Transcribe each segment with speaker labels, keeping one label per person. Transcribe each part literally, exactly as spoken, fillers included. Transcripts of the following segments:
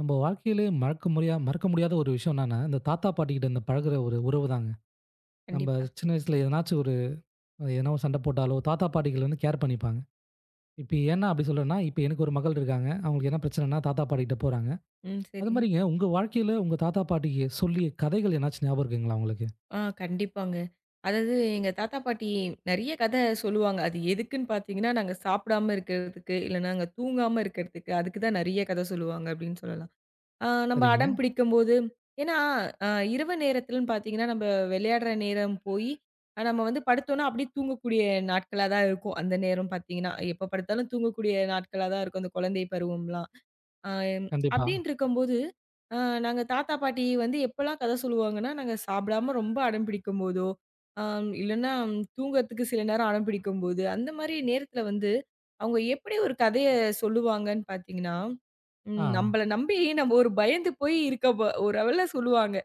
Speaker 1: நம்ம வாழ்க்கையிலே மறக்க முடியா மறக்க முடியாத ஒரு விஷயம் என்னன்னா, இந்த தாத்தா பாட்டிகிட்ட இந்த பழகுற ஒரு உறவு தாங்க. நம்ம
Speaker 2: கண்டிப்பா.
Speaker 1: சின்ன வயசுல எதனாச்சும் ஒரு எதனா ஒரு சண்டை போட்டாலோ, தாத்தா பாட்டிகள் வந்து கேர் பண்ணிப்பாங்க. இப்ப ஏன்னா அப்படி சொல்றேன்னா, இப்ப எனக்கு ஒரு மகள் இருக்காங்க. அவங்களுக்கு என்ன பிரச்சனைன்னா தாத்தா பாட்டிகிட்ட போறாங்க.
Speaker 2: ம்.
Speaker 1: அது
Speaker 2: சரி.
Speaker 1: மாரிங்க உங்க வாழ்க்கையில உங்க தாத்தா பாட்டிக்கு சொல்லிய கதைகள் எதனாச்சும் ஞாபகம் இருக்குங்களா உங்களுக்கு?
Speaker 2: ஆ கண்டிப்பாங்க. அதாவது எங்க தாத்தா, பாட்டி நெறைய கத சொல்லுவாங்க. அது எதுக்குன்னு பார்த்தீங்கன்னா, நாங்க சாப்பிடாம இருக்கிறதுக்கு, இல்ல நாங்க தூங்காம இருக்கிறதுக்கு, அதுக்கு தான் நெறைய கத சொல்லுவாங்க அப்படின்னு சொல்லலாம். ஆ நம்ம
Speaker 1: சரிங்க.
Speaker 2: அடம் பிடிக்கும்போது ஏன்னா அ இரவு நேரத்துலன்னு பார்த்தீங்கன்னா, நம்ம விளையாடுற நேரம் போயி, அ நம்ம வந்து படுத்தோம்னா அப்படியே தூங்கக்கூடிய நாட்களா தான் இருக்கும். அந்த நேரம் பார்த்தீங்கன்னா, எப்ப படுத்தாலும் தூங்கக்கூடிய நாட்களா தான் இருக்கும். அந்த குழந்தை பருவம்லாம். ஆ எம்
Speaker 1: கண்டிப்பா.
Speaker 2: அப்டின்ட்டு இருக்கும்போது, அ நாங்க தாத்தா, பாட்டி வந்து எப்பலாம் கத சொல்லுவாங்கன்னா, நாங்க சாப்பிடாம ரொம்ப அடம் பிடிக்கும்போதோ, ஆம் இல்லன்னா தூங்கறதுக்கு சில நேரம் அடம் பிடிக்கும்போது, அந்த மாரி நேரத்துல வந்து, அவங்க எப்படி ஒரு கதைய சொல்லுவாங்கன்னு பார்த்தீங்கன்னா,
Speaker 1: ஆ,
Speaker 2: ம் நம்பள நம்பி நம்ம ஒரு பயந்து போய் இருக்க ப ஒரு அளவுல சொல்லுவாங்க.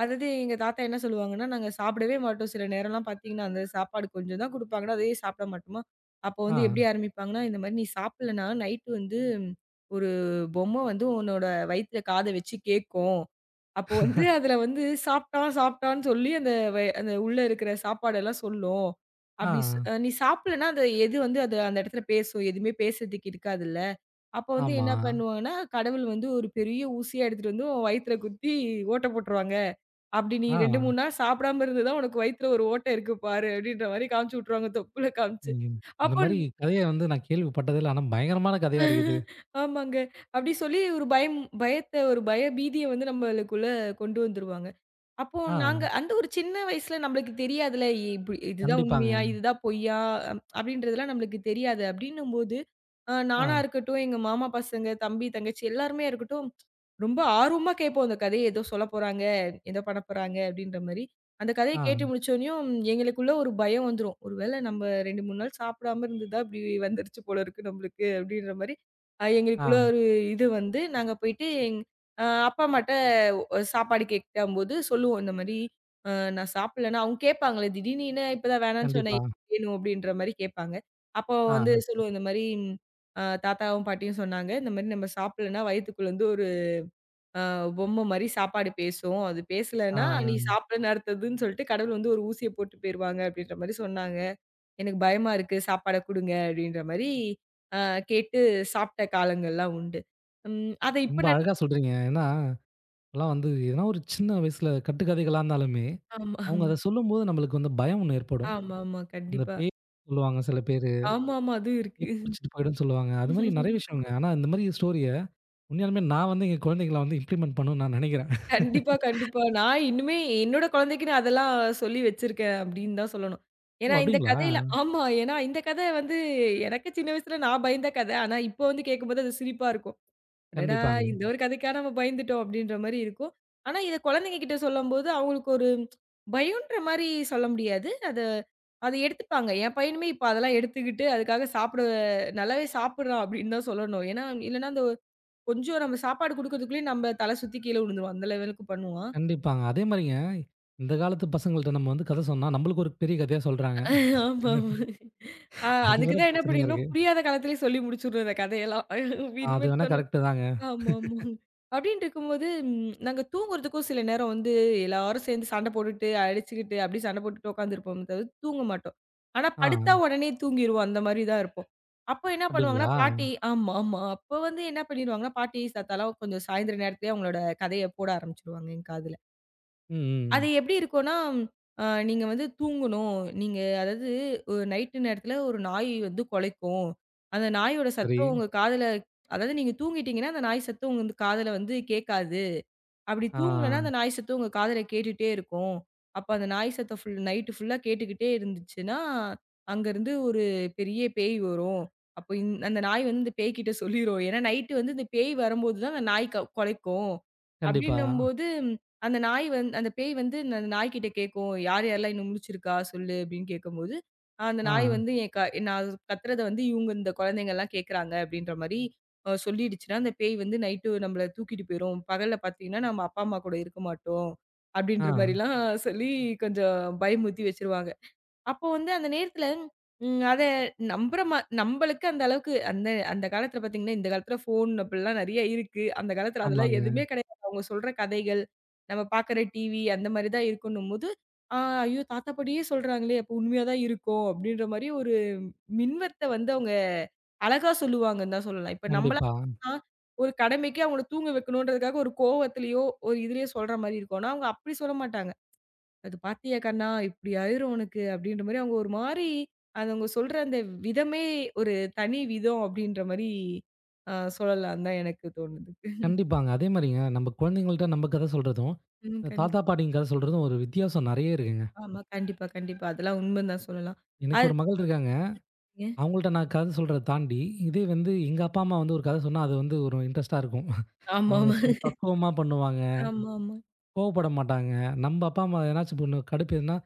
Speaker 2: அதாவது எங்க தாத்தா என்ன சொல்லுவாங்கன்னா, "நாங்க சாப்பிடவே மாட்டோம்." சில நேரம்லாம் பார்த்தீங்கன்னா, அந்த சாப்பாடு கொஞ்சம் தான் குடுப்பாங்கன்னா, அதையே சாப்பிட மாட்டோமா. அப்போ
Speaker 1: ஆ,
Speaker 2: வந்து எப்படி ஆரம்பிப்பாங்கன்னா, இந்த மாரி "நீ சாப்பிடலன்னா நைட்டு வந்து ஒரு பொம்மை வந்து உன்னோட வயித்துல காத வச்சு கேக்கும். அப்போ வந்து அதுல வந்து சாப்பிட்டான், சாப்பிட்டான்னு சொல்லி அந்த வ அந்த உள்ள இருக்கிற சாப்பாடெல்லாம் சொல்லும்.
Speaker 1: ஆ,
Speaker 2: அப்படி ஸ் நீ சாப்பிடலன்னா அந்த எது வந்து அது அந்த இடத்துல பேசும். எதுவுமே பேசுறதுக்கு இருக்காதுல்ல. அப்போ வந்து
Speaker 1: ஆமா.
Speaker 2: என்ன பண்ணுவாங்கன்னா, கடவுள் வந்து ஒரு பெரிய ஊசியா எடுத்துட்டு வந்து உன் வயித்துல குத்தி ஓட்ட போட்டுருவாங்க. அப்படி நீ ரெண்டு,
Speaker 1: ஆ,
Speaker 2: மூணு நாள் சாப்பிடாம இருந்ததுதான் உனக்கு வயித்துல ஒரு ஓட்டை இருக்கு பாரு அப்படின்ற மாரி காமிச்சு விட்டுருவாங்க தொப்புல காமிச்சு.
Speaker 1: ம். இந்த
Speaker 2: அப்போ
Speaker 1: மாரி கதைய வந்து நான் கேள்விப்பட்டதே இல்ல. ஆனா பயங்கரமான கதையா இருக்குது.
Speaker 2: ஆமாங்க. அப்டி சொல்லி ஒரு பயம் பயத்த ஒரு பய பீதிய வந்து நம்மளுக்குள்ள கொண்டு வந்துருவாங்க. அப்போ
Speaker 1: ஆ,
Speaker 2: நாங்க அந்த ஒரு சின்ன வயசுல நம்மளுக்கு தெரியாதுல்ல, இப்டி இதுதான் உண்மையா?
Speaker 1: கண்டிப்பாங்க.
Speaker 2: இதுதான் பொய்யா? அப்டின்றதெல்லாம் நம்மளுக்கு தெரியாது. அப்டின்னும்போது, அ நானா
Speaker 1: ஆ,
Speaker 2: இருக்கட்டும், எங்க மாமா பசங்க, தம்பி, தங்கச்சி எல்லாருமே இருக்கட்டும், ரொம்ப ஆர்வமா கேட்போம். அந்த கதைய ஏதோ சொல்லப்போறாங்க, ஏதோ பண்ணப்போறாங்க அப்டின்ற மாரி. அந்த கதைய கேட்டு
Speaker 1: ஆ,
Speaker 2: முடிச்சோனயும், எங்களுக்குள்ள ஒரு பயம் வந்துரும். ஒரு வேள நம்ம ரெண்டு, மூணு நாள் சாப்பிடாம இருந்தது தான், இப்டி வந்துருச்சு போல இருக்கு நம்மளுக்கு அப்டின்ற மாரி, அ
Speaker 1: ஆ,
Speaker 2: எங்களுக்குள்ள ஒரு இது வந்து, நாங்க போயிட்டு எங் அ அப்பா அம்மாட்ட ஒ சாப்பாடு கேட்கும்போது சொல்லுவோம். இந்த மாரி, அ நான் சாப்பிடலன்னா அவங்க கேட்பாங்கல்ல, திடீர்னு என்ன இப்பதான் வேணான்னு சொன்ன,
Speaker 1: கண்டிப்பா.
Speaker 2: ஏன் வேணும் அப்டின்ற மாரி கேட்பாங்க. அப்போ வந்து
Speaker 1: ஆ,
Speaker 2: சொல்லுவோம், இந்த மாரி அ தாத்தாவும், பாட்டியும் சொன்னாங்க. இந்த மாரி நம்ம சாப்பிடலன்னா வயித்துக்குள்ள வந்து ஒரு அ பொம்மை மாரி சாப்பாடு பேசும். அது
Speaker 1: ஆ.
Speaker 2: பேசலன்னா, நீ ம். சாப்பிடன்னு அர்த்ததுன்னு சொல்லிட்டு கடவுள் வந்து ஒரு ஊசிய போட்டு போயிருவாங்க அப்படின்ற மாரி சொன்னாங்க. எனக்கு பயமா இருக்கு. சாப்பாட குடுங்க அப்படின்ற மாரி அ கேட்டு சாப்பிட்ட காலங்கள்லாம் உண்டு. ம் அத இப்ப
Speaker 1: ரொம்ப
Speaker 2: நெ
Speaker 1: அழகா சொல்றீங்க. ஏன்னா, இப்பலாம் வந்து எதனா ஒரு சின்ன வயசுல கட்டுக்கதைகளா இருந்தாலுமே,
Speaker 2: ஆமா,
Speaker 1: அவங்க
Speaker 2: ஆமா.
Speaker 1: அத சொல்லும்போது நம்மளுக்கு வந்து பயம் ஒண்ணு ஏற்படும்.
Speaker 2: ஆமாமா.
Speaker 1: அந்த
Speaker 2: கண்டிப்பா.
Speaker 1: பேய் சொல்லுவாங்க சில பேரு.
Speaker 2: ஆமாமா. அதுவும் இருக்கு.
Speaker 1: பேய் புடிச்சிட்டு போயிடும்னு சொல்லுவாங்க. அது மாரி நெறைய விஷயங்க. ஆனா இந்த மாரி ஸ்டோரிய உண்மையாலுமே நான் வந்து எங்க குழந்தைகள வந்து இம்ப்ளிமெண்ட் பண்ணணும்னு நான் நெனைக்கிறேன்.
Speaker 2: கண்டிப்பா, கண்டிப்பா. நான் இன்னுமே என்னோட குழந்தைக்கு நான் அதெல்லாம் சொல்லி வச்சிருக்கேன் அப்படின்னு தான் சொல்லணும்.
Speaker 1: ஓ!
Speaker 2: ஏன்னா இந்த
Speaker 1: அப்படிங்களா?
Speaker 2: கதையில ஆமா. ஏன்னா இந்த கதை வந்து எனக்கு சின்ன வயசுல நான் பயந்த கதை. ஆனா இப்ப வந்து கேட்கும்போது அது சிரிப்பா இருக்கும். அடடா!
Speaker 1: கண்டிப்பாங்க,
Speaker 2: இந்த ஒரு கதைக்கா நம்ம பயந்துட்டோம் அப்டின்ற மாரி இருக்கும். ஆனா, இத குழந்தைங்க கிட்ட சொல்லும்போது அவங்களுக்கு ஒரு பயம்ன்ற மாரி சொல்ல முடியாது. அத அத எடுத்துப்பாங்க. என் பையனுமே இப்ப அதெல்லாம் எடுத்துக்கிட்டு அதுக்காக சாப்பிட நல்லாவே சாப்பிடுறான் அப்டின்னு தான் சொல்லணும். ஏன்னா, இல்லன்னா அந்த கொஞ்சம் நம்ம சாப்பாடு குடுக்கறதுக்குள்ளயே நம்ம தல சுத்தி கீழ விழுந்துருவான். அந்த லெவலுக்கு பண்ணுவான்.
Speaker 1: கண்டிப்பாங்க. அதே மாரிங்க, இந்த காலத்து பசங்கள்ட்ட நம்ம வந்து கதை சொன்னா, நம்மளுக்கு ஒரு பெரிய கதையா சொல்றாங்க.
Speaker 2: ஆமா, ஆமா. ம். ஆ
Speaker 1: அது
Speaker 2: அதுக்கு
Speaker 1: வேற
Speaker 2: தான் என்ன
Speaker 1: பிரச்சனையா
Speaker 2: பண்ணிடணும்,
Speaker 1: இருக்கு.
Speaker 2: புரியாத காலத்திலேயே சொல்லி முடிச்சுடணும் இந்த கதையெல்லாம்.
Speaker 1: ஆ, அது
Speaker 2: இனிமேட்டு
Speaker 1: வேணா
Speaker 2: சொன்னா
Speaker 1: கரெக்ட்டு தாங்க.
Speaker 2: ஆமா, ஆமாங்க. அப்டின்ட்டு இருக்கும்போது, ம் நாங்க தூங்குறதுக்கும் சில நேரம் வந்து எல்லாரும் சேர்ந்து சண்டை போட்டுட்டு, அடிச்சுக்கிட்டு, அப்டி சண்டை போட்டுட்டு உட்காந்துருப்போமே தவிர தூங்க மாட்டோம். ஆனா
Speaker 1: ஆ.
Speaker 2: படுத்தா உடனே தூங்கிருவோம். அந்த மாரி தான் இருப்போம். அப்போ என்ன பண்ணுவாங்கன்னா,
Speaker 1: அப்படிங்களா?
Speaker 2: பாட்டி ஆமா, ஆமா. அப்போ வந்து என்ன பண்ணிருவாங்கன்னா, பாட்டி, தாத்தாலாம் கொஞ்சம் சாயந்திரம் நேரத்திலேயே அவங்களோட கதைய போட ஆரம்பிச்சுருவாங்க என் காதுல.
Speaker 1: ம்,
Speaker 2: அது
Speaker 1: ம்.
Speaker 2: எப்படி இருக்கும்னா, அ நீங்க வந்து தூங்கணும். நீங்க அதாவது ஒரு நைட்டு நேரத்தில ஒரு நாய் வந்து கொலைக்கும். அந்த நாயோட
Speaker 1: சரி.
Speaker 2: சத்தம் உங்க காதுல அதாவது நீங்க தூங்கிட்டீங்கன்னா, அந்த நாய் சத்தம் உங்க காதுல வந்து கேட்காது. அப்படி
Speaker 1: ஆ.
Speaker 2: தூங்கலன்னா, அந்த நாய் சத்தம் உங்க காதுல கேட்டுட்டே இருக்கும். அப்ப அந்த நாய் சத்தம் ஃபுல் நைட்டு ஃபுல்லா கேட்டுக்கிட்டே இருந்துச்சுன்னா, அங்கருந்து ஒரு பெரிய பேய் வரும். அப்ப இந் அந்த நாய் வந்து இந்த பேய்கிட்ட சொல்லிரும். ஏன்னா, நைட்டு வந்து இந்த பேய் வரும்போது தான் அந்த நாய் க கொலைக்கும்.
Speaker 1: கண்டிப்பா.
Speaker 2: அப்படின்னும்போது, ம், அந்த நாய் வந் அந்த பேய் வந்து ந- அந்த நாய்கிட்ட கேட்கும். "யார் யாரெல்லாம் இன்னும் முழிச்சிருக்கா சொல்லு" அப்படின்னு கேட்கும்போது, அந்த
Speaker 1: ஆ,
Speaker 2: நாய் வந்து என் க நான் கத்துறத வந்து இவங்க இந்த குழந்தைங்கலாம் கேட்குறாங்க அப்படின்ற மாரி அ சொல்லிடுச்சுன்னா, அந்த பேய் வந்து நைட்டு நம்மள தூக்கிட்டு போயிரும். பகல்ல பார்த்தீங்கன்னா, நம்ம அப்பா, அம்மா கூட இருக்க மாட்டோம்.
Speaker 1: ஆ.
Speaker 2: அப்படின்ற மாரிலாம் சொல்லி கொஞ்சம் பயமுறுத்தி வச்சுருவாங்க. அப்போ வந்து அந்த நேரத்துல ம் அத நம்புற மா நம்பளுக்கு அந்த அளவுக்கு அந்த அந்த காலத்துல பார்த்தீங்கன்னா, இந்த காலத்துல ஃபோன் அப்படிலாம் நெறைய இருக்கு. அந்த காலத்துல அதெல்லாம்
Speaker 1: ஆமாங்க.
Speaker 2: எதுவுமே கிடையாது. அவங்க சொல்ற கதைகள், நம்ம பார்க்குற டிவி அந்த மாரி தான் இருக்குன்னும்போது, "ஆ ஐயோ! தாத்தா, பாட்டியே சொல்றாங்களே! அப்போ உண்மையா தான் இருக்கும்." அப்படின்ற மாரி மின்வத்த வந்து அவங்க அழகா சொல்லுவாங்கன்னு தான் சொல்லலாம். இப்ப நம்மளா
Speaker 1: கண்டிப்பா.
Speaker 2: சொன்னா, ஒரு கடமைக்கு அவங்கள தூங்க வைக்கணுன்றதுக்காக ஒரு கோவத்திலயோ, ஒரு இதுலயோ சொல்ற மாரி இருக்கும்னா, அவங்க அப்படி சொல்ல மாட்டாங்க. "அது பார்த்தியா கண்ணா, இப்படி ஆயிரும் உனக்கு" அப்படின்ற மாரி அவங்க ஒரு மாரி அது அவங்க சொல்ற அந்த விதமே ஒரு தனி விதம் அப்படின்ற மாரி அ சொல்லலாம்னு தான் எனக்கு தோணுது.
Speaker 1: கண்டிப்பாங்க. அதே மாரிங்க நம்ம குழந்தைங்கள்ட்ட நம்ம கதை சொல்றதும்,
Speaker 2: ம்.
Speaker 1: இந்த
Speaker 2: கண்டிப்பா.
Speaker 1: தாத்தா, பாட்டிங்க கதை சொல்றதும் ஒரு வித்தியாசம் நெறைய இருக்குங்க.
Speaker 2: ஆமா. கண்டிப்பா, கண்டிப்பா. அதெல்லாம் உண்மைன்னு தான் சொல்லலாம்.
Speaker 1: எனக்கு
Speaker 2: அது
Speaker 1: ஒரு மகள் இருக்காங்க. அவங்கள்ட்ட நான் கதை சொல்றத தாண்டி, இதே வந்து எங்க அப்பா, அம்மா வந்து ஒரு கதை சொன்னா, அது வந்து ஒரு இன்ட்ரெஸ்ட்டா இருக்கும்.
Speaker 2: ஆமா,
Speaker 1: அவங்க
Speaker 2: ஆமா.
Speaker 1: சொல்லி பக்குவமா பண்ணுவாங்க.
Speaker 2: ஆமா, ஆமா.
Speaker 1: கோவப்பட மாட்டாங்க. நம்ம அப்பா, அம்மா எதனாச்சும் ஒண்ணு கடுப்பேறுனா,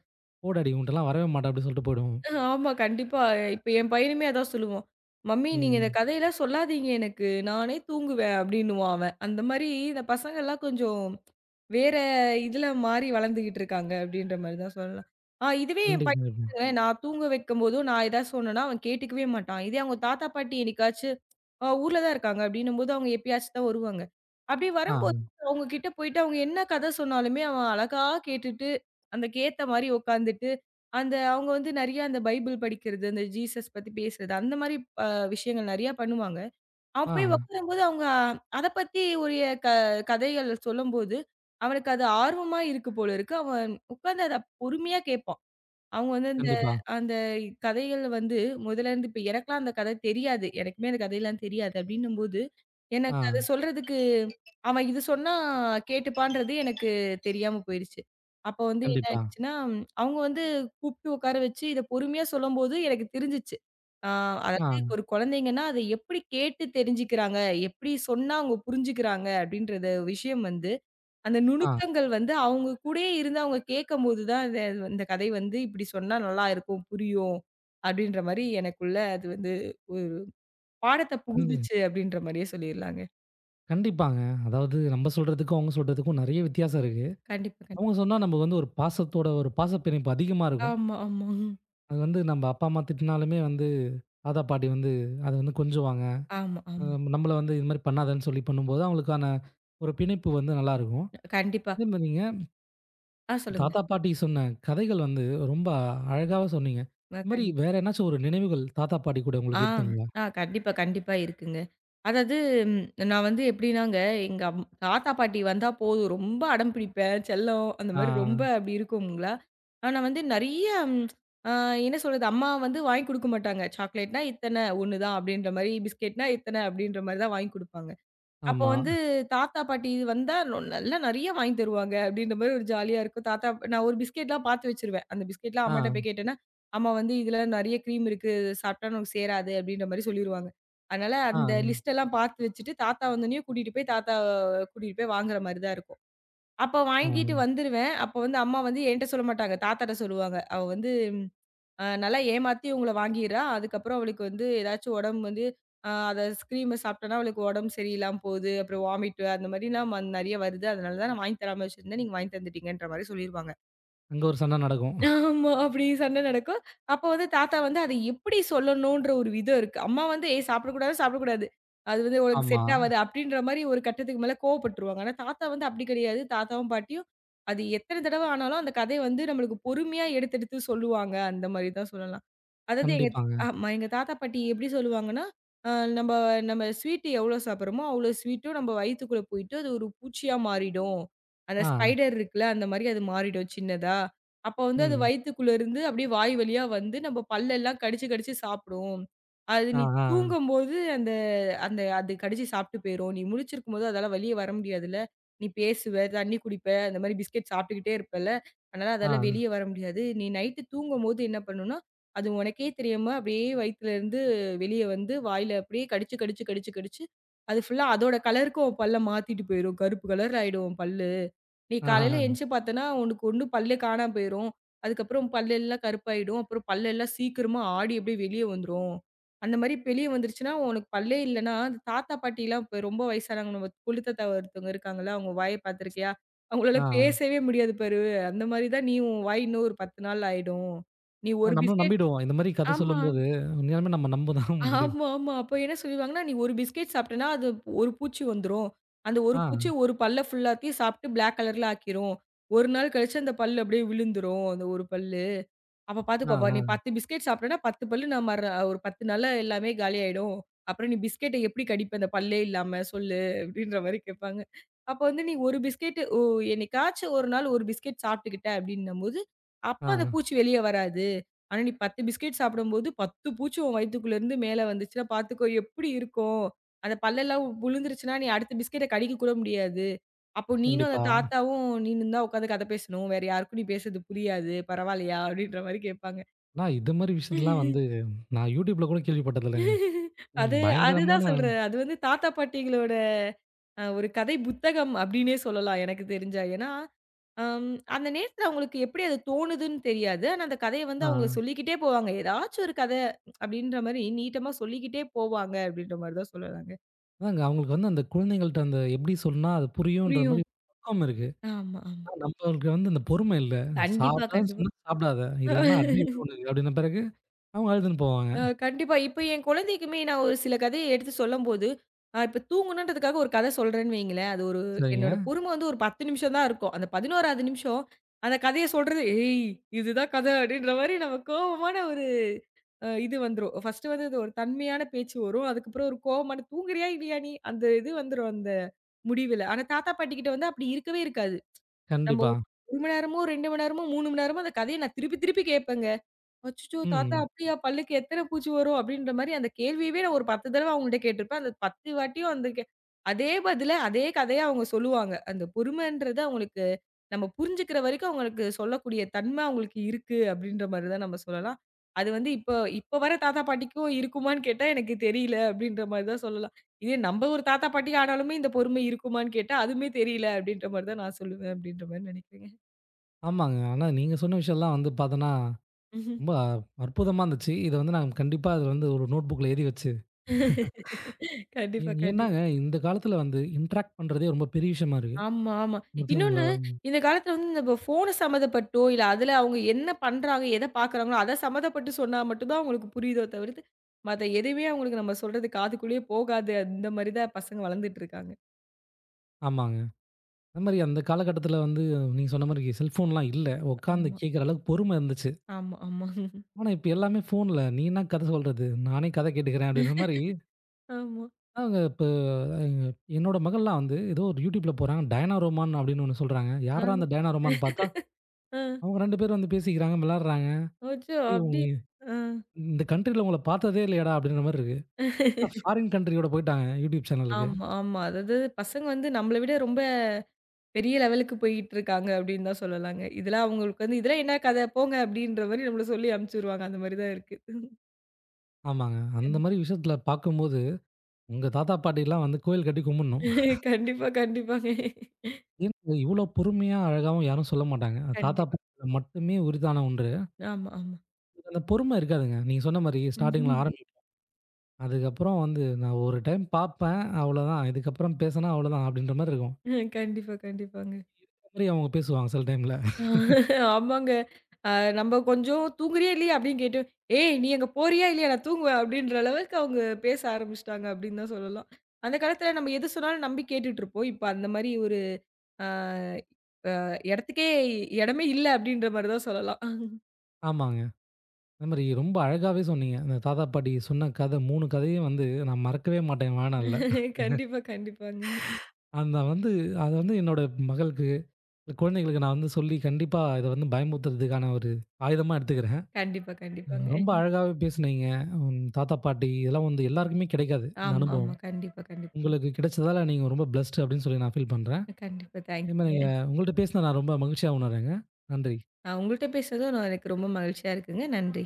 Speaker 1: "போ டாடி உன்ட்டலாம் வரவே மாட்டேன்" அப்படின்னு சொல்லிட்டு போயிடுவோம்.
Speaker 2: அஹ் ஆமா. கண்டிப்பா. இப்ப என் பையனுமே அதான் சொல்லுவான். "மம்மி நீங்க இந்த ம்.
Speaker 1: ம்.
Speaker 2: கதையெல்லாம் சொல்லாதீங்க எனக்கு. நானே தூங்குவேன்" அப்படின்னுவான் அவன். அந்த மாரி இந்த பசங்கள்லாம் கொஞ்சம் வேற இதுல மாறி வளர்ந்துகிட்டு இருக்காங்க அப்படின்ற மாரி தான் சொல்லலாம். ஆ இதுவே என் பையன்
Speaker 1: கண்டிப்பா.
Speaker 2: பாருங்களேன், ம். நான் தூங்க வைக்கும்போதும் நான் ஏதாவது சொன்னேன்னா, அவன் கேட்டுக்கவே மாட்டான். இதே அவங்க தாத்தா, பாட்டி என்னைக்காச்சு அ ஊர்ல தான் இருக்காங்க. அப்டின்னும்போது அவங்க எப்பயாச்சும் தான் வருவாங்க. அப்படி வரும்போது
Speaker 1: ஆ,
Speaker 2: அவங்க கிட்ட போயிட்டு அவங்க என்ன கதை சொன்னாலுமே அவன் அழகா கேட்டுட்டு, அதுக்கேத்த மாரி உட்காந்துட்டு, அந்த அவங்க வந்து நெறைய அந்த பைபிள் படிக்கிறது, அந்த ஜீசஸ் பத்தி பேசுறது, அந்த மாரி அ விஷயங்கள் நெறையா பண்ணுவாங்க. அவன்
Speaker 1: ஆ.
Speaker 2: போய் உட்காரும்போது அவங்க அத பத்தி உரிய க கதைகள் சொல்லும்போது, அவனுக்கு அது ஆர்வமா இருக்கு போல இருக்கு. அவன் உட்கார்ந்து அத பொறுமையா கேட்பான். அவங்க வந்து அந்த
Speaker 1: கண்டிப்பா.
Speaker 2: அந்த கதைகள் வந்து முதல்ல இருந்து இப்ப எனக்கெல்லாம் அந்த கதை தெரியாது. எனக்குமே அந்த கதையெல்லாம் தெரியாது. அப்டின்னும்போது,
Speaker 1: ஆ,
Speaker 2: எனக்கு அத சொல்றதுக்கு அவன் இது சொன்னா கேட்டுப்பான்றது எனக்கு தெரியாம போயிருச்சு. அப்ப வந்து என்ன
Speaker 1: கண்டிப்பா.
Speaker 2: ஆயிடுச்சுன்னா, ம், அவங்க வந்து கூப்ட்டு உட்கார வச்சு இத பொறுமையா சொல்லும்போது எனக்கு தெரிஞ்சுச்சு. ஆ
Speaker 1: ஆ,
Speaker 2: அதாவது ஒரு குழந்தைங்கன்னா, அத எப்டி கேட்டு தெரிஞ்சுக்கிறாங்க, எப்டி சொன்னா அவங்க புரிஞ்சுக்கிறாங்க அப்டின்றத விஷயம் வந்து அந்த
Speaker 1: ஆ.
Speaker 2: நுணுக்கங்கள் வந்து அவங்க கூடயே இருந்து அவங்க கேட்கும்போது தான் இந்த இந்த கதை வந்து இப்படி சொன்னா நல்லா இருக்கும், புரியும். அப்படின்ற மாரி எனக்குள்ள அது வந்து ஒரு பாடத்த
Speaker 1: கண்டி
Speaker 2: புகுத்துச்சு அப்படின்ற மாரியே சொல்லிர்லாங்க.
Speaker 1: கண்டிப்பாங்க. அதாவது நம்ம சொல்றதுக்கும், அவங்க சொல்றதுக்கும் நெறைய வித்தியாசம் இருக்கு.
Speaker 2: கண்டிப்பா, கண்டிப்பா.
Speaker 1: அவங்க சொன்னா நமக்கு வந்து ஒரு பாசத்தோட ஒரு பாசப் பிணைப்பு அதிகமா இருக்கும்.
Speaker 2: ஆமா, ஆமா.
Speaker 1: அது வந்து நம்ம அப்பா, அம்மா திட்டினாலுமே வந்து தாத்தா, பாட்டி வந்து அத வந்து கொஞ்சுவாங்க.
Speaker 2: ஆமா,
Speaker 1: அ
Speaker 2: ஆமா.
Speaker 1: நம்மள வந்து இது மாரி பண்ணாதன்னு சொல்லி பண்ணும்போது, அவங்களுக்கான ஒரு பிணைப்பு வந்து நல்லாருக்கும்.
Speaker 2: கண்டிப்பா.
Speaker 1: அதே மாரி நீங்க
Speaker 2: ஆ சொல்லுங்க.
Speaker 1: தாத்தா, பாட்டி சொன்ன கதைகள் வந்து ரொம்ப அழகாவா சொன்னீங்க.
Speaker 2: அ
Speaker 1: இது மாரி
Speaker 2: கண்டிப்பா.
Speaker 1: வேற எதனாச்சும் ஒரு நினைவுகள் தாத்தா, பாட்டி கூட
Speaker 2: ஆ,
Speaker 1: உங்களுக்கு இருக்குங்களா?
Speaker 2: ஆ கண்டிப்பா, கண்டிப்பா இருக்குங்க. அதாவது ம் நான் வந்து எப்படின்னாங்க, எங்க அம் தாத்தா, பாட்டி வந்தா போதும், ரொம்ப அடம் பிடிப்பேன், செல்லம் அந்த மாரி ரொம்ப
Speaker 1: ஆ,
Speaker 2: அப்படி இருக்கும்ங்களா, ஆனா வந்து நெறைய ஆ என்ன சொல்றது, அம்மா வந்து வாங்கி குடுக்க மாட்டாங்க. சாக்லேட்னா இத்தன, ஒண்ணு தான் அப்படின்ற மாரி, பிஸ்கெட்னா இத்தன அப்படின்ற மாரி தான் வாங்கி குடுப்பாங்க. அப்போ
Speaker 1: ஆமா.
Speaker 2: வந்து தாத்தா, பாட்டி இது வந்தா ரொ நல்லா நெறைய வாங்கி தருவாங்க அப்டின்ற மாரி ஒரு ஜாலியா இருக்கும். தாத்தா நான் ஒரு பிஸ்கெட்லாம் பார்த்து வச்சுருவேன். அந்த பிஸ்கெட்லாம்
Speaker 1: ஆ,
Speaker 2: அம்மாட்ட போய் கேட்டேன்னா, அம்மா வந்து இதுல நெறைய க்ரீம் இருக்கு. இது சாப்பிட்டா நமக்கு சேராது அப்டின்ற மாரி சொல்லிருவாங்க. அதனால
Speaker 1: ஆ,
Speaker 2: அந்த லிஸ்ட் எல்லாம் பார்த்து வச்சுட்டு, தாத்தா வந்தோனயே கூட்டிட்டு போய் தாத்தா கூட்டிட்டு போய் வாங்குற மாரி தான் இருக்கும். அப்ப
Speaker 1: ஆ.
Speaker 2: வாங்கிட்டு வந்துருவேன். அப்ப வந்து அம்மா வந்து என்ட்ட சொல்ல மாட்டாங்க. தாத்தாட்ட சொல்லுவாங்க. அவ வந்து அ நல்லா ஏமாத்தி உங்கள வாங்கிறா. அதுக்கப்புறம் அவளுக்கு வந்து ஏதாச்சும் உடம்பு வந்து அ அத ஸ்க்ரீம சாப்பிட்டோனா அவளுக்கு உடம்பு சரியில்லாம போகுது. அப்புறம் வாமிட் அந்த மாரிலாம் ம நெறைய வருது. அதனால தான் நான் வாங்கி தராம வச்சிருந்தேன். நீங்க வாங்கி தந்துட்டீங்கன்ற மாரி சொல்லிருவாங்க.
Speaker 1: அங்க ஒரு சண்டை நடக்கும்.
Speaker 2: ஆமா. அப்படி சண்டை நடக்கும். அப்போ வந்து தாத்தா வந்து அத எப்படி சொல்லணுன்ற ஒரு விதம் இருக்கு. அம்மா வந்து "ஏய் சாப்பிடக்கூடாது, சாப்பிடக்கூடாது. அது வந்து உனக்கு
Speaker 1: ஆமா.
Speaker 2: செட் ஆவாது." அப்படின்ற மாரி ஒரு கட்டத்துக்கு மேல கோவப்பட்டுருவாங்க. ஆனா தாத்தா வந்து அப்படி கிடையாது. தாத்தாவும், பாட்டியும் அது எத்தன தடவ ஆனாலும் அந்த கதைய வந்து நம்மளுக்கு பொறுமையா எடுத்து எடுத்து சொல்லுவாங்க. அந்த மாரி தான் சொல்லலாம். அதாவது எங்க
Speaker 1: கண்டிப்பாங்க.
Speaker 2: ஆமா. எங்க தாத்தா, பாட்டி எப்படி சொல்லுவாங்கன்னா, அ "நம்ப நம்ம ஸ்வீட் எவ்வளோ சாப்பிடுறோமோ, அவ்வளோ ஸ்வீட்டும் நம்ம வயித்துக்குள்ள போயிட்டு, அது ஒரு பூச்சியா மாறிடும். அந்த
Speaker 1: ஆ,
Speaker 2: ஸ்பைடர் இருக்குல்ல, அந்த மாரி அது மாறிடும் சின்னதா. அப்ப வந்து அது
Speaker 1: ம்.
Speaker 2: வயித்துக்குள்ள இருந்து அப்படியே வாய் வழியா வந்து, நம்ம பல்லெல்லாம் கடிச்சு கடிச்சு சாப்பிடும். அது
Speaker 1: ஆ,
Speaker 2: நீ
Speaker 1: ஆ,
Speaker 2: தூங்கும்போது அந்த அந்த அது கடிச்சு சாப்பிட்டு போயிரும். நீ முழிச்சிருக்கும்போது அதால வெளிய வர முடியாதுல்ல. நீ பேசுவ, தண்ணி குடிப்ப, அந்த மாரி பிஸ்கட் சாப்பிட்டுக்கிட்டே இருப்பல்ல. அதனால
Speaker 1: ஆ,
Speaker 2: அதால வெளிய வர முடியாது. நீ நைட்டு தூங்கும்போது என்ன பண்ணும்னா, அது உனக்கே தெரியாம அப்படியே வயித்துலேருந்து வெளிய வந்து வாயில அப்படியே கடிச்சு, கடிச்சு, கடிச்சு, கடிச்சு அது ஃபுல்லா அதோட கலருக்கும் உன் பல்ல மாத்திட்டு போயிரும். கருப்பு கலர் ஆயிடும் உன் பல்லு. நீ
Speaker 1: ஆ,
Speaker 2: காலையில
Speaker 1: ஆஹஹ,
Speaker 2: எந்திச்சு பார்த்தேன்னா, உனக்கு ஒண்ணு பல்லே காணாம போயிரும். அதுக்கப்புறம் பல்லெல்லாம் கருப்பாயிடும். அப்புறம் பல்லெல்லாம் சீக்கிரமா ஆடி அப்படியே வெளிய வந்துரும். அந்த மாரி வெளிய வந்துருச்சுன்னா, உனக்கு பல்லே இல்லன்னா, அந்த தாத்தா பாட்டிலாம் இப்ப ரொம்ப வயசானவங்க நம்ம கொள்ளு தாத்தா ஒருத்தவங்க இருக்காங்கல்ல, அவங்க வாய பார்த்துருக்கியா? அவங்களால
Speaker 1: ஆ.
Speaker 2: பேசவே முடியாது பாரு. அந்த மாரி தான் நீ உன் வாய் இன்னும் ஒரு பத்து நாள் ஆயிடும். நீ
Speaker 1: ஆ
Speaker 2: ஒரு
Speaker 1: நம்மளும்
Speaker 2: பிஸ்கெட்
Speaker 1: நம்பிடுவோம். இந்த மாரி கதை
Speaker 2: ஆமா.
Speaker 1: சொல்லும்போது, உண்மையாலுமே நம்ம நம்ப தான் முடியும்.
Speaker 2: ஆமா, ஆமா. அப்ப என்ன சொல்லிருவாங்கன்னா, "நீ ஒரு பிஸ்கட் சாப்பிட்டேன்னா, அது ஒரு பூச்சி வந்துரும். அந்த ஒரு
Speaker 1: ஆ,
Speaker 2: பூச்சி ஒரு பல்ல ஃபுல்லாத்தையும் சாப்பிட்டு பிளாக் கலர்ல ஆக்கிரும். ஒரு நாள் கழிச்சு அந்த பல் அப்படியே விழுந்துரும், அந்த ஒரு பல்லு." அப்ப
Speaker 1: ஆ,
Speaker 2: பாத்துக்கோ. அப்ப நீ
Speaker 1: ஆ,
Speaker 2: பத்து பிஸ்கெட் சாப்பிட்டேன்னா பத்து பல்லு நான் மற ஒரு பத்து நாள்ல எல்லாமே காலியாயிடும். அப்புறம் நீ பிஸ்கெட்ட எப்படி கடிப்ப அந்த பல்லே இல்லாம சொல்லு? அப்படின்ற மாரி கேட்பாங்க. அப்ப வந்து நீ ஒரு பிஸ்கெட் ஓ என்னைக்காச்சும் ஒரு நாள் ஒரு பிஸ்கெட் சாப்பிட்டுக்கிட்ட அப்படின்னும்போது, அப்ப அந்த
Speaker 1: ஆ.
Speaker 2: பூச்சி வெளிய வராது. ஆனா நீ பத்து பிஸ்கெட் சாப்பிடும்போது பத்து பூச்சி உன் வயித்துக்குள்ள இருந்து மேல வந்துச்சுன்னா பாத்துக்கோ எப்படி இருக்கும்? அந்த பல்லெல்லாம் உ விழுந்துருச்சுன்னா, நீ அடுத்த பிஸ்கெட்ட கடிக்க கூட முடியாது. அப்போ நீனும் அந்த
Speaker 1: கண்டிப்பா.
Speaker 2: தாத்தாவும் நீனு தான் உட்காந்து கதை பேசணும். வேற யாருக்கும் நீ பேசுறது புரியாது. பரவால்லையா? அப்படின்ற மாரி கேட்பாங்க.
Speaker 1: ஆனா இது மாரி விஷயத்தலாம் வந்து நான் YouTubeல கூட கேள்விப்பட்டதில்லங்க.
Speaker 2: அது
Speaker 1: பயங்கரமான
Speaker 2: அதுதான் சொல்றேன். அது வந்து தாத்தா, பாட்டிகளோட அ ஒரு கதை புத்தகம் அப்படின்னே சொல்லலாம் எனக்கு தெரிஞ்சா. ஏன்னா, அம் அந்த நேரத்துல அவங்களுக்கு எப்படி அது தோணுதுன்னு தெரியாது. ஆனா அந்த கதைய வந்து
Speaker 1: ஆ
Speaker 2: அவங்க சொல்லிக்கிட்டே போவாங்க. ஏதாச்சும் ஒரு கதை அப்படின்ற மாரி நீட்டமா சொல்லிக்கிட்டே போவாங்க அப்படின்ற மாரி தான் சொல்லலாங்க.
Speaker 1: அதாங்க அவங்களுக்கு வந்து அந்த குழந்தைங்கள்ட்ட அந்த எப்படி சொன்னா அது புரியுன்ற
Speaker 2: புரியும்.
Speaker 1: மாரி பக்குவம் இருக்கு.
Speaker 2: ஆமா, ஆமா.
Speaker 1: ஆனா நம்மளுக்கு வந்து அந்த பொறுமை இல்ல.
Speaker 2: கண்டிப்பா,
Speaker 1: சாப்பிடாதன்னு
Speaker 2: கண்டிப்பா.
Speaker 1: சொன்னா சாப்பிடாத, இல்லன்னா அடி விழும் உனக்கு அப்படின்ன பிறகு அவங்க அழுதுன்னு போவாங்க.
Speaker 2: அ கண்டிப்பா. இப்ப என் குழந்தைக்குமே நான் ஒரு சில கதைய எடுத்து சொல்லும்போது, அ இப்ப தூங்கணுன்றதுக்காக ஒரு கதை சொல்றேன்னு வைங்களேன், அது ஒரு
Speaker 1: சரிங்க.
Speaker 2: என்னோட பொறுமை வந்து ஒரு பத்து நிமிஷம் தான் இருக்கும். அந்த பதினொன்றாவது நிமிஷம் அந்த கதைய சொல்றது, "ஏய்! இதுதான் கதை" அப்படின்ற மாரி நம்ம கோவமான ஒரு அ இது வந்துரும். ஃபர்ஸ்ட்டு வந்து அது ஒரு தன்மையான பேச்சு வரும். அதுக்கப்புறம் ஒரு கோவமான "தூங்குறியா இல்லையா நீ?" அந்த இது வந்துரும் அந்த முடிவுல. ஆனா தாத்தா, பாட்டிகிட்ட வந்து அப்படி இருக்கவே இருக்காது. நம்ம
Speaker 1: கண்டிப்பா.
Speaker 2: ஒரு மணி நேரமோ, ரெண்டு மணி நேரமோ, மூணு மணி நேரமோ அந்த கதைய நான் திருப்பி திருப்பி கேட்பேங்க. அச்சச்சோ! தாத்தா
Speaker 1: ம்.
Speaker 2: அப்டியா? பல்லுக்கு எத்தன பூச்சி வரும்? அப்டின்ற மாரி அந்த கேள்வியவே நான் ஒரு பத்து தடவ அவங்கள்ட்ட கேட்டுருப்பேன். அந்த பத்து வாட்டியும் அந்த கே அதே பதில, அதே கதைய அவங்க சொல்லுவாங்க. அந்த பொறுமைன்றது அவங்களுக்கு நம்ம புரிஞ்சுக்கிற வரைக்கும் அவங்களுக்கு சொல்லக்கூடிய தன்ம அவங்களுக்கு இருக்கு அப்டின்ற மாரி தான் நம்ம சொல்லலாம். அது வந்து இப்போ இப்போ வர தாத்தா பாட்டிக்கும் இருக்குமான்னு கேட்டா எனக்கு தெரியல அப்டின்ற மாரி தான் சொல்லலாம். இதே நம்ம ஒரு தாத்தா பாட்டி ஆனாலுமே இந்த பொறுமை இருக்குமான்னு கேட்டா, அதுவுமே தெரியல அப்டின்ற மாரி தான் நான் சொல்லுவேன் அப்டின்ற மாரி நெனைக்கிறேங்க.
Speaker 1: ஆமாங்க. ஆனா நீங்க சொன்ன விஷயம்லாம் வந்து பார்த்தோன்னா ரொம்ப அற்புதமா இருந்துச்சு. இத வந்து நான் கண்டிப்பா அது வந்து ஒரு நோட் புக்ல எழுதி வச்சு ஏ
Speaker 2: கண்டிப்பா, கண்டிப்பா.
Speaker 1: ஏன்னாங்க இந்த காலத்துல வந்து இன்டராக்ட் பண்றதே ரொம்ப பெரிய விஷயமா இருக்கு.
Speaker 2: ஆமா, ஆமா. இன்னொன்னு,
Speaker 1: புரியுதுங்களா?
Speaker 2: இந்த காலத்துல வந்து இந்த ப ஃபோனு சம்மந்தப்பட்டோ, இல்ல அதுல அவங்க என்ன பண்றாங்க, எத பாக்குறாங்களோ, அத சம்மந்தப்பட்டு சொன்னா மட்டும் தான் அவங்களுக்கு புரியுதோ தவிர்த்து, மத்த எதுவுமே அவங்களுக்கு நம்ம சொல்றது காதுக்குள்ளயே போகாது. அந்த மாரி தான் பசங்க வளர்ந்துட்டு இருக்காங்க.
Speaker 1: ஆமாங்க. அது மாரி அந்த காலகட்டத்துல வந்து நீங்க சொன்ன மாரி செல்ஃபோன்லாம் இல்ல. உட்கார்ந்து
Speaker 2: ஆமா,
Speaker 1: கேட்கிற அளவுக்கு பொறுமை இருந்துச்சு.
Speaker 2: ஆமா, ஆமா.
Speaker 1: ஆனா இப்ப எல்லாமே ஃபோன்ல "நீ என்ன கதை சொல்றது? நானே கதை கேட்டுக்கிறேன்" அப்படின்ற மாரி
Speaker 2: ஆமா.
Speaker 1: அவங்க இப்ப எங்க என்னோட மகள்லாம் வந்து ஏதோ ஒரு YouTubeல போடுறாங்க. டயனா ரோமான் அப்படின்னு ஒண்ணு சொல்றாங்க. யார்றா
Speaker 2: அது
Speaker 1: அந்த டயனா ரோமான்னு பார்த்தா
Speaker 2: அ
Speaker 1: அவங்க ரெண்டு பேரும் வந்து பேசிக்கிறாங்க, விளையாடுறாங்க.
Speaker 2: அச்சோ!
Speaker 1: "டேய்
Speaker 2: அப்டி
Speaker 1: உங்க
Speaker 2: அ.
Speaker 1: இந்த கன்ட்ரில உங்கள பார்த்ததே இல்லையேடா" அப்படின்ற மாரி இருக்கு. ஃபாரின் கண்ட்ரியோட போயிட்டாங்க யூடியூப் சேனலுக்கு.
Speaker 2: ஆமா, ஆமா. அதாவது பசங்க வந்து நம்மள விட ரொம்ப பெரிய லெவலுக்கு போயிட்டு இருக்காங்க அப்டின்னு தான் சொல்லலாங்க. இதெல்லாம் அவங்களுக்கு வந்து இதெல்லாம் என்ன கத போங்க அப்டின்ற மாரி நம்மள சொல்லி அனுப்பிச்சுருவாங்க. அந்த மாரி தான் இருக்கு.
Speaker 1: ஆமாங்க. அந்த மாரி விஷயத்துல பார்க்கும்போது, உங்க தாத்தா பாட்டிலாம் வந்து கோயில் கட்டி கும்பிடணும்.
Speaker 2: கண்டிப்பா, கண்டிப்பாங்க.
Speaker 1: ஏன்னா இவ்வளோ பொறுமையா, அழகாவும் யாரும் சொல்ல மாட்டாங்க. அது தாத்தா
Speaker 2: கண்டிப்பா.
Speaker 1: பாட்டில மட்டுமே உரித்தான ஒன்று.
Speaker 2: ஆமா, ஆமா.
Speaker 1: அந்த பொறுமை இருக்காதுங்க. நீங்க சொன்ன மாரி ஸ்டார்ட்டிங்ல
Speaker 2: ம்ஹ்ம்.
Speaker 1: ஆரம்பி அதுக்கப்புறம் வந்து நான் ஒரு டைம் பார்ப்பேன். அவ்வளோதான். இதுக்கப்புறம் பேசினா அவ்வளோதான் அப்படின்ற மாரி இருக்கும்.
Speaker 2: ம். கண்டிப்பா, கண்டிப்பாங்க.
Speaker 1: அந்த மாரி அவங்க பேசுவாங்க சில டைம்ல.
Speaker 2: ஆமாங்க. அ நம்ம கொஞ்சம் தூங்குறியா இல்லையா? அப்படின்னு கேட்டோம். "ஏய் நீ அங்க போறியா இல்லையா? நான் தூங்குவேன்" அப்படின்ற அளவுக்கு அவங்க பேச ஆரம்பிச்சுட்டாங்க அப்படின்னு தான் சொல்லலாம். அந்த காலத்துல நம்ம எது சொன்னாலும் நம்பி கேட்டுட்டுருப்போம். இப்ப அந்த மாரி ஒரு அ அ இடத்துக்கே இடமே இல்ல அப்படின்ற மாரி தான் சொல்லலாம்.
Speaker 1: ஆமாங்க. அந்த மாரி ரொம்ப அழகாவே சொன்னீங்க. அந்த தாத்தா பாட்டி சொன்ன கதை மூணு கதையும் வந்து நான் மறக்கவே மாட்டேன் என் வாழ்நாள்ல.
Speaker 2: கண்டிப்பா, கண்டிப்பாங்க.
Speaker 1: அந்த வந்து அது வந்து என்னோட மகளுக்கு இந்த குழந்தைகளுக்கு நான் வந்து சொல்லி கண்டிப்பா இத வந்து பயமுறுத்துறதுக்கான ஒரு ஆயுதமா எடுத்துக்கிறேன்.
Speaker 2: கண்டிப்பா,
Speaker 1: அஹ் ரொம்ப
Speaker 2: கண்டிப்பாங்க.
Speaker 1: அழகாவே பேசுனீங்க. ம் தாத்தா, பாட்டி இதெல்லாம் வந்து எல்லாருக்குமே கிடைக்காது இந்த
Speaker 2: ஆமா, ஆமா.
Speaker 1: அனுபவம்.
Speaker 2: கண்டிப்பா, கண்டிப்பாங்க.
Speaker 1: உங்களுக்கு கிடைச்சதால நீங்க ரொம்ப பிளெஸ்ட் அப்படின்னு சொல்லி நான் ஃபீல் பண்றேன்.
Speaker 2: கண்டிப்பா.
Speaker 1: அதே மாரி
Speaker 2: தேங்க்யூங்க.
Speaker 1: நீங்க உங்கள்ட்ட பேசினது நான் ரொம்ப மகிழ்ச்சியா உணர்றேங்க. நன்றி.
Speaker 2: அ உங்கள்ட்ட பேசுனதும் நான் எனக்கு ரொம்ப மகிழ்ச்சியா இருக்குங்க. நன்றி.